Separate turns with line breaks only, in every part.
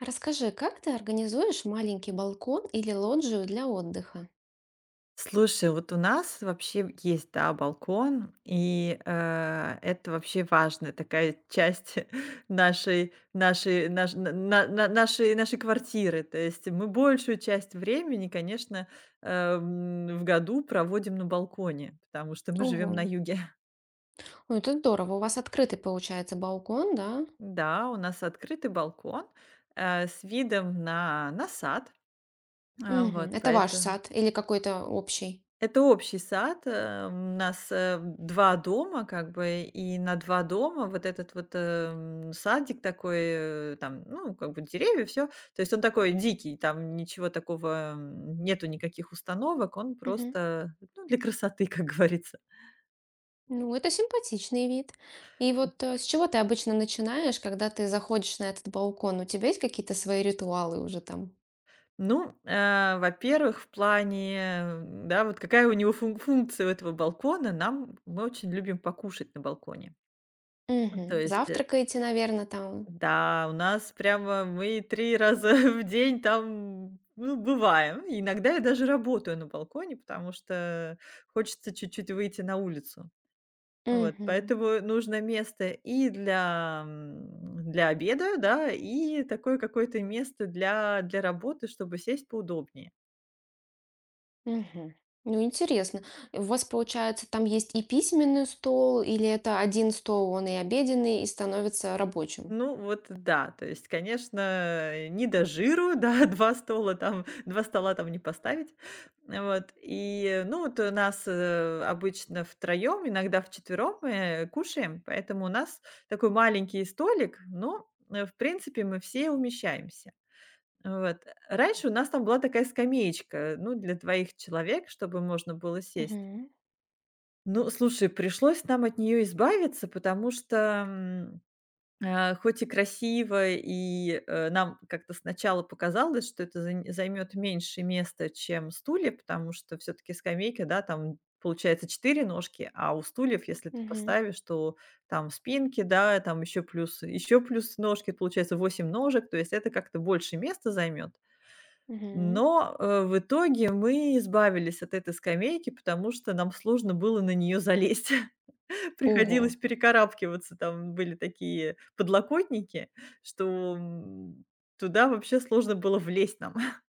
Расскажи, как ты организуешь маленький балкон или лоджию для отдыха?
Слушай, вот у нас вообще есть, да, балкон, и, это вообще важная такая часть нашей нашей наш на нашей нашей квартиры. То есть мы большую часть времени, конечно, в году проводим на балконе, потому что мы
Ого,
живем на юге.
ну это здорово. У вас открытый получается балкон, да?
Да, у нас открытый балкон, с видом на сад. А,
Мгм.
вот
Это ваш
поэто
сад или какой-то общий?
Это общий сад. У нас 2 дома, как бы, и на 2 дома вот этот вот садик такой, там, ну, как бы деревья, все. То есть он такой дикий, там ничего такого, нету никаких установок, он
Мгм.
просто, ну, для красоты, как говорится.
Ну, это симпатичный вид. И вот с чего ты обычно начинаешь, когда ты заходишь на этот балкон? У тебя есть какие-то свои ритуалы уже там?
Ну, во-первых, в плане, да, вот какая у него функция у этого балкона, нам мы очень любим покушать на балконе. Ну, То
Мгм.
есть э,
Завтракаете, наверное, там?
Да, у нас прямо мы 3 раза в день там, ну, бываем. Иногда я даже работаю на балконе, потому что хочется чуть-чуть выйти на улицу. Вот,
Мгм.
поэтому нужно место и для, для обеда, да, и такое какое-то место для, для работы, чтобы сесть поудобнее.
Мгм. Ну, интересно. У вас, получается, там есть и письменный стол, или это один стол, он и обеденный, и становится рабочим?
Ну вот да, то есть, конечно, не до жиру, да, два стола там не поставить. Вот, и, ну, вот у нас, обычно втроём, иногда вчетвером мы кушаем, поэтому у нас такой маленький столик, но, в принципе, мы все умещаемся. Вот. Раньше у нас там была такая скамеечка, ну, для двоих человек, чтобы можно было сесть.
Мгм.
Ну, слушай, пришлось нам от нее избавиться, потому что, хоть и красиво, и, нам как-то сначала показалось, что это займет меньше места, чем стулья, потому что все таки скамейки, да, там получается 4 ножки, а у стульев, если ты
Мгм.
поставишь, то там спинки, да, там еще плюс ножки, получается 8 ножек, то есть это как-то больше места займет.
Мгм.
Но, в итоге мы избавились от этой скамейки, потому что нам сложно было на нее залезть. Приходилось
Ого.
перекарабкиваться. Там были такие подлокотники, что, туда вообще сложно было влезть нам.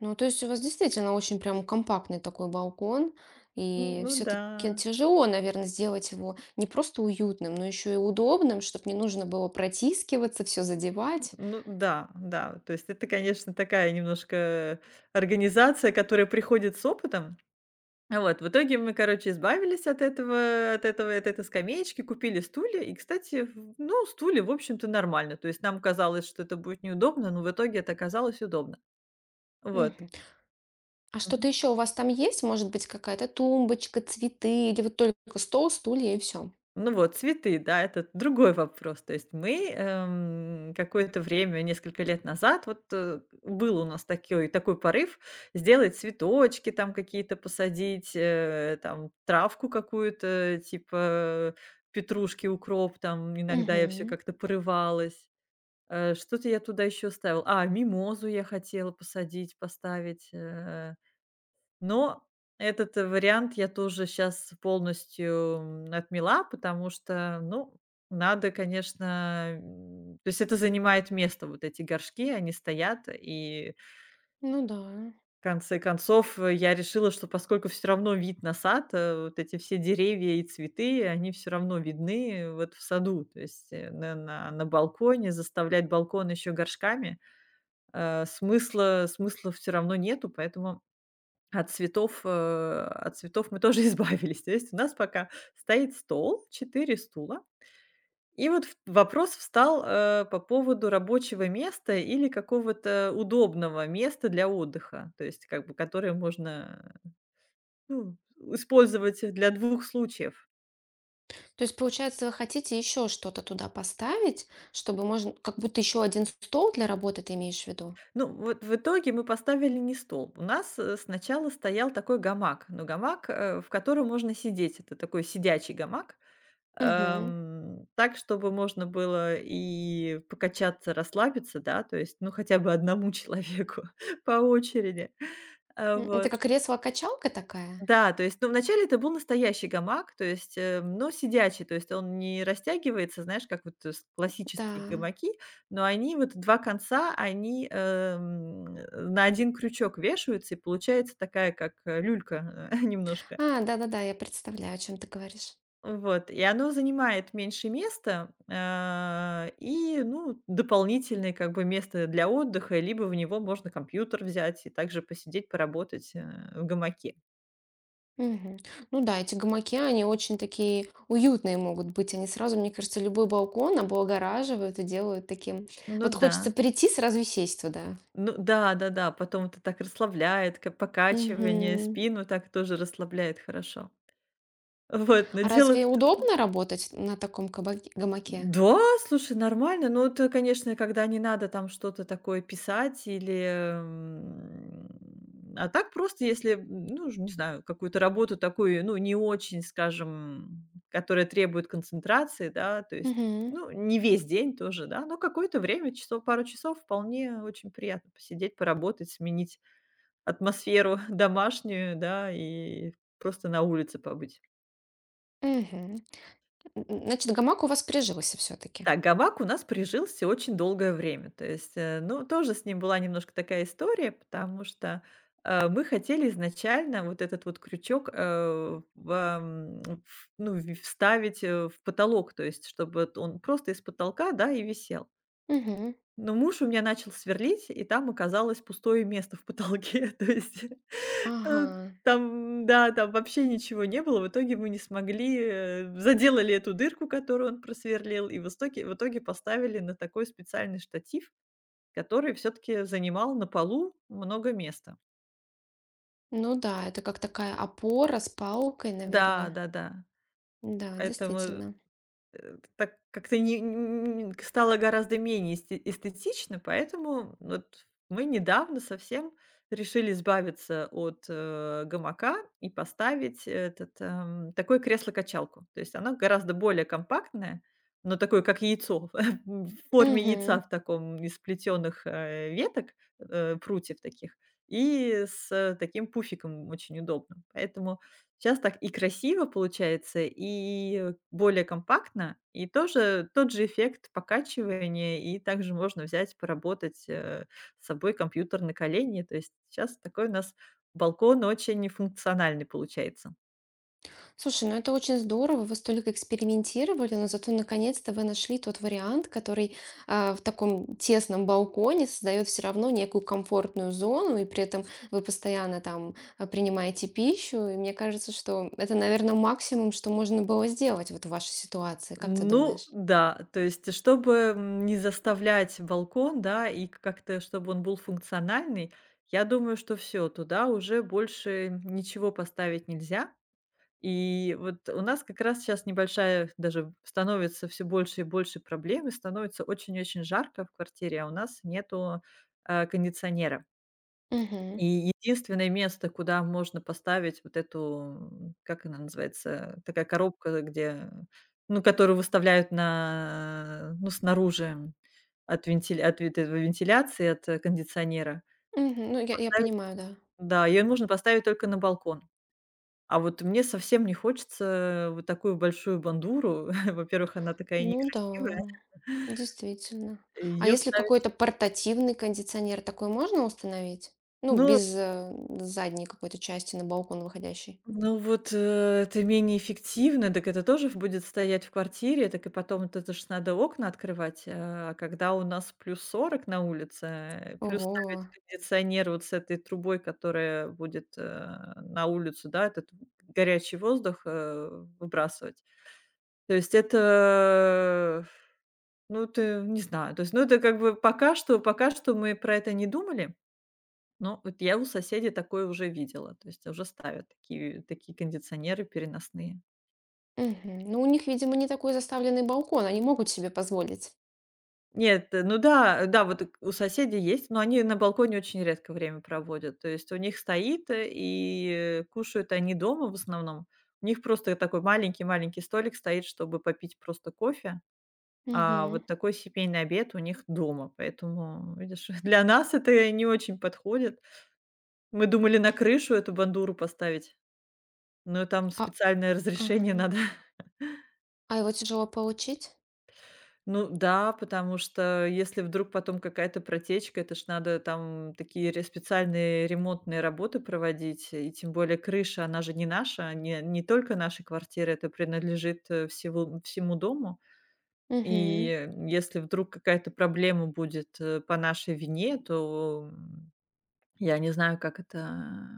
Ну, то есть у вас действительно очень прям компактный такой балкон, и
ну да,
все-таки тяжело, наверное, сделать его не просто уютным, но еще и удобным, чтобы не нужно было протискиваться, все задевать.
ну да, да. То есть это, конечно, такая немножко организация, которая приходит с опытом. Вот, в итоге мы, короче, избавились от этой скамеечки, купили стулья. И, кстати, стулья, в общем-то, нормально. То есть нам казалось, что это будет неудобно, но в итоге это оказалось удобно. Вот.
Мгм. А что-то еще у вас там есть? Может быть, какая-то тумбочка, цветы, или вот только стол, стулья и все?
Ну вот, цветы, да, это другой вопрос. То есть мы, какое-то время, несколько лет назад, вот, был у нас такой порыв сделать цветочки там какие-то посадить, там травку какую-то, типа петрушки, укроп, там иногда я все
Мгм.
как-то порывалась. Что-то я туда еще ставила. А, мимозу я хотела посадить, поставить, но этот вариант я тоже сейчас полностью, отмела, потому что, ну, надо, конечно, то есть это занимает место, вот эти горшки, они стоят. И
Ну да.
в конце концов, я решила, что поскольку все равно вид на сад, вот эти все деревья и цветы, они все равно видны вот в саду. То есть, на на балконе заставлять балкон еще горшками, смысла все равно нету, поэтому от цветов мы тоже избавились. То есть у нас пока стоит стол, 4 стула. И вот в вопрос встал, по поводу рабочего места или какого-то удобного места для отдыха, то есть как бы которое можно, ну, использовать для двух случаев.
То есть, получается, вы хотите еще что-то туда поставить, чтобы можно как будто еще один стол для работы, ты имеешь в виду?
Ну, вот в итоге мы поставили не стол. У нас, сначала стоял такой гамак, но гамак, в котором можно сидеть. Это такой сидячий гамак.
Мгм.
Так, чтобы можно было и покачаться, расслабиться, да, то есть, ну, хотя бы одному человеку по очереди. А,
М, это
вот.
как кресло-качалка такая?
Да, то есть, ну, вначале это был настоящий гамак, то есть, но сидячий, то есть он не растягивается, знаешь, как вот э, с классические
Да.
гамаки, но они вот 2 конца, они, на один крючок вешаются, и получается такая, как, люлька, немножко.
А, да-да-да, я представляю, о чем ты говоришь.
Вот, и оно занимает меньше места, а, и, ну, дополнительное как бы место для отдыха, либо в него можно компьютер взять и также посидеть, поработать, в гамаке.
Мгм. Ну да, эти гамаки, они очень такие уютные могут быть. Они сразу, мне кажется, любой балкон облагораживают и делают таким.
Ну
Вот
да.
хочется прийти, сразу и сесть туда.
Ну да-да-да, потом это так расслабляет, как покачивание,
Мгм.
спину так тоже расслабляет хорошо. Вот, но
А
дело в
разве удобно работать на таком гамаке?
Да, слушай, нормально. Но это, конечно, когда не надо там что-то такое писать или, м, а так просто, если, ну, ж не знаю, какую-то работу такую, ну, не очень, скажем, которая требует концентрации, да, то есть,
Мгм.
ну, не весь день тоже, да, но какое-то время, часов, пару часов вполне очень приятно посидеть, поработать, сменить атмосферу домашнюю, да, и просто на улице побыть.
Мгм. Н н значит, гамак у вас прижился все таки.
Так, гамак у нас прижился очень долгое время. То есть, ну, тоже с ним была немножко такая история, потому что, мы хотели изначально вот этот вот крючок, э, в, ам, в ну, в вставить, в потолок, то есть чтобы вот он просто из потолка, да, и висел.
Мгм.
Но муж у меня начал сверлить, и там оказалось пустое место в потолке. То есть, э,
Ага.
там, да, там вообще ничего не было. В итоге мы не смогли, заделали эту дырку, которую он просверлил, и в итоге поставили на такой специальный штатив, который все таки занимал на полу много места.
Ну да, это как такая опора с палкой,
Да,
наверное.
да-да.
Да,
Поэтому
действительно.
Так как-то не н стало гораздо менее эстетично, поэтому вот мы недавно совсем решили избавиться от, гамака и поставить этот, такое кресло-качалку. То есть оно гораздо более компактное, но такое, как яйцо, в форме
Мгм.
яйца в таком, из плетеных, прутьев таких, и с таким пуфиком очень удобным. Поэтому сейчас так и красиво получается, и более компактно, и тоже тот же эффект покачивания, и также можно взять, поработать, с собой компьютер на колени. То есть сейчас такой у нас балкон очень функциональный получается.
Слушай, ну это очень здорово. Вы столько экспериментировали, но зато наконец-то вы нашли тот вариант, который, в таком тесном балконе создает все равно некую комфортную зону, и при этом вы постоянно там, принимаете пищу. И мне кажется, что это, наверное, максимум, что можно было сделать вот в вашей ситуации. Как ты
Ну
думаешь?
да, то есть, чтобы, не заставлять балкон, да, и как-то чтобы он был функциональный, я думаю, что все, туда уже больше ничего поставить нельзя. И вот у нас как раз сейчас небольшая даже становится все больше и больше проблем, и становится очень-очень жарко в квартире, а у нас нету, кондиционера.
Мгм.
И единственное место, куда можно поставить вот эту, как она называется, такая коробка, где, ну, которую выставляют на, ну, снаружи от вот этой вентиляции, кондиционера.
Мгм. Ну, я
Ставить
понимаю, да.
да, ее можно поставить только на балкон. А вот мне совсем не хочется вот такую большую бандуру. Во-первых, она такая
Ну
некрасивая.
да, действительно. А
Её
если
ставить
какой-то портативный кондиционер, такой можно установить? Ну,
Ну
без, задней какой-то части на балкон выходящий.
ну вот, э, это менее эффективно. Так это тоже будет стоять в квартире, так и потом вот это ж надо окна открывать. А когда у нас плюс сорок на улице, плюс
Ого.
ставить кондиционер вот с этой трубой, которая будет, на улицу, да, этот горячий воздух, выбрасывать. То есть это э, Ну, это не знаю. То есть, ну, это как бы пока что мы про это не думали, но вот я у соседей такое уже видела. То есть уже ставят такие кондиционеры переносные.
Мгм. Ну, у них, видимо, не такой заставленный балкон, они могут себе позволить.
Нет, ну да, да, вот и у соседей есть, но они на балконе очень редко время проводят. То есть у них стоит, кушают они дома в основном. У них просто такой маленький-маленький столик стоит, чтобы попить просто кофе, а
Мгм.
вот такой семейный обед у них дома. Поэтому, видишь, для нас это не очень подходит. Мы думали на крышу эту бандуру поставить, но там
А
специальное
ага.
разрешение надо.
А его тяжело получить?
Ну да, потому что если вдруг потом какая-то протечка, это ж надо там такие специальные ремонтные работы проводить. И тем более крыша, она же не наша, не только нашей квартиры, это принадлежит всему дому.
Мгм.
И если вдруг какая-то проблема будет по нашей вине, то я не знаю, как это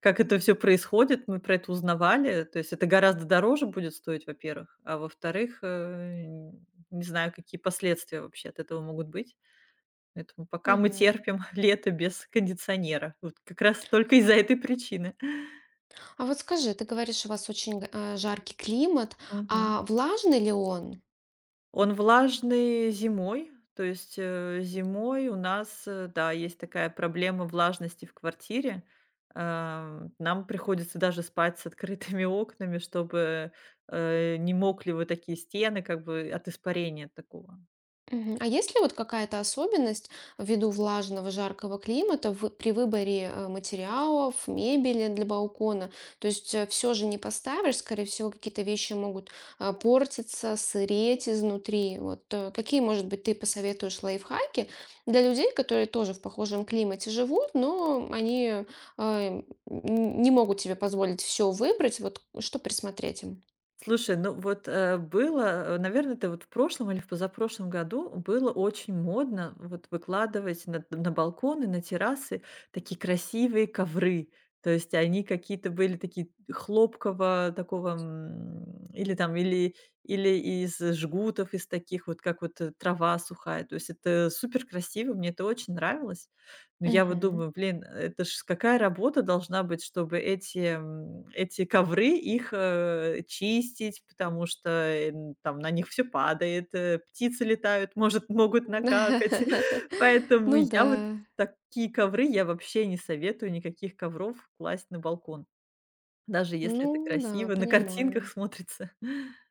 как это все происходит, мы про это узнавали. То есть это гораздо дороже будет стоить, во-первых, а во-вторых, не знаю, какие последствия вообще от этого могут быть. Поэтому пока мы
Мгм.
терпим лето без кондиционера. Вот как раз только из-за этой причины.
А вот скажи, ты говоришь, у вас очень, жаркий климат. А влажный ли он?
Он влажный зимой, то есть, зимой у нас, да, есть такая проблема влажности в квартире. Нам приходится даже спать с открытыми окнами, чтобы, не мокли вот такие стены как бы от испарения такого.
Мгм. А есть ли вот какая-то особенность ввиду влажного, жаркого климата при выборе материалов, мебели для балкона? То есть все же не поставишь, скорее всего, какие-то вещи могут портиться, сыреть изнутри. Вот какие, может быть, ты посоветуешь лайфхаки для людей, которые тоже в похожем климате живут, но не могут себе позволить все выбрать. Вот что присмотреть им?
Слушай, ну вот, было, наверное, это вот в прошлом или в позапрошлом году было очень модно вот выкладывать на балконы, на террасы такие красивые ковры. То есть они какие-то были такие хлопкового такого, м, или там, или или из жгутов, из таких вот, как вот трава сухая. То есть это супер красиво, мне это очень нравилось. Ну, я вот
Мгм.
думаю, блин, это ж какая работа должна быть, чтобы эти, эти ковры, их, чистить, потому что, э, н там на них все падает, птицы летают, может, могут накакать. Поэтому
Ну
я вот
да.
такие ковры я вообще не советую никаких ковров класть на балкон, даже если это
Ну да,
красиво, на картинках
понимаю.
смотрится.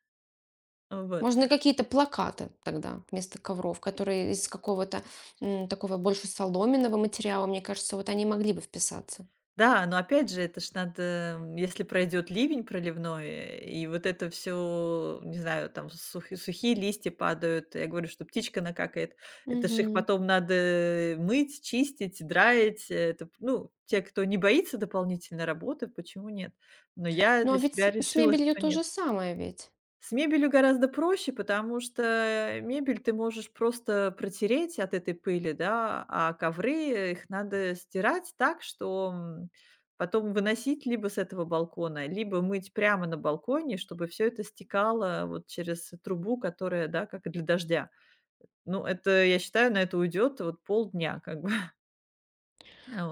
Вот.
Можно какие-то плакаты тогда вместо ковров, которые из какого-то такого больше соломенного материала, мне кажется, вот они могли бы вписаться.
Да, но опять же, это ж надо, если пройдет ливень проливной, и вот это все, не знаю, там сухие листья падают, я говорю, что птичка накакает. Это ж их
Мгм.
потом надо, мыть, чистить, драить. Это, ну, те, кто не боится дополнительной работы, почему нет? Но я
Ну а
для
ведь
себя
с
решила,
мебелью
что
то
нет.
же самое ведь.
С мебелью гораздо проще, потому что мебель ты можешь просто протереть от этой пыли, да, а ковры, их надо стирать так, что, потом выносить либо с этого балкона, либо мыть прямо на балконе, чтобы все это стекало вот через трубу, которая, да, как и для дождя. Ну, это, я считаю, на это уйдет вот полдня как бы.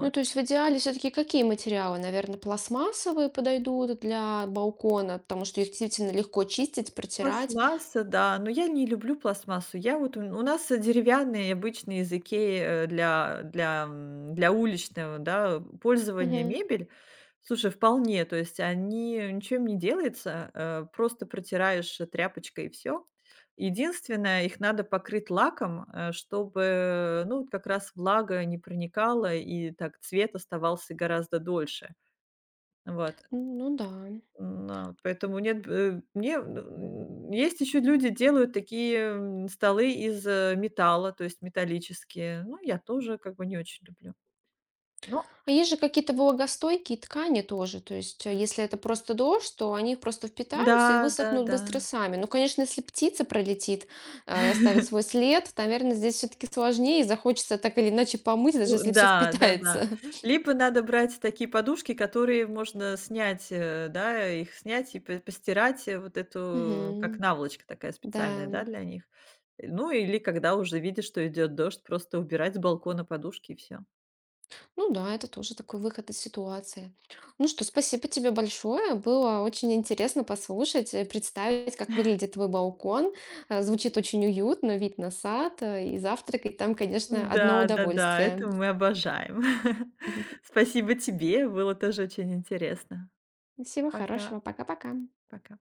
Ну то есть в идеале все-таки какие материалы? Наверное, пластмассовые подойдут для балкона, потому что их действительно легко чистить, протирать.
Пластмасса, да, но я не люблю пластмассу. Я вот у нас деревянные обычные языки для уличного, да, пользования
Мгм.
мебель. Слушай, вполне, то есть они ничем не делается, просто протираешь тряпочкой и все. Единственное, их надо покрыть лаком, чтобы, ну, вот как раз влага не проникала и так цвет оставался гораздо дольше. Вот
Ну да.
поэтому нет, есть еще люди делают такие, столы из, металла, то есть металлические. Ну, я тоже как бы не очень люблю. Но
А есть же какие-то влагостойкие ткани тоже. То есть, если это просто дождь, то они просто впитаются и
да,
высохнут
да-да.
быстро сами. Ну, конечно, если птица пролетит, и оставит свой след, то, наверное, здесь все-таки сложнее и захочется так или иначе помыть, даже
Ну
если все
да,
впитается.
да-да. Либо надо брать такие подушки, которые можно снять, да, их снять и п постирать, вот эту, как
Мгм.
наволочка такая специальная,
Да.
да, для них. Ну или когда уже видишь, что идет дождь, просто убирать с балкона подушки и все.
Ну да, это тоже такой выход из ситуации. Ну что, спасибо тебе большое. Было очень интересно послушать, представить, как выглядит твой балкон. Звучит очень уютно, вид на сад, и завтракать там, конечно, одно
Да-да-да,
удовольствие.
это мы обожаем. Спасибо тебе, было тоже очень интересно.
Всего
Пока,
хорошего. Пока-пока.
пока.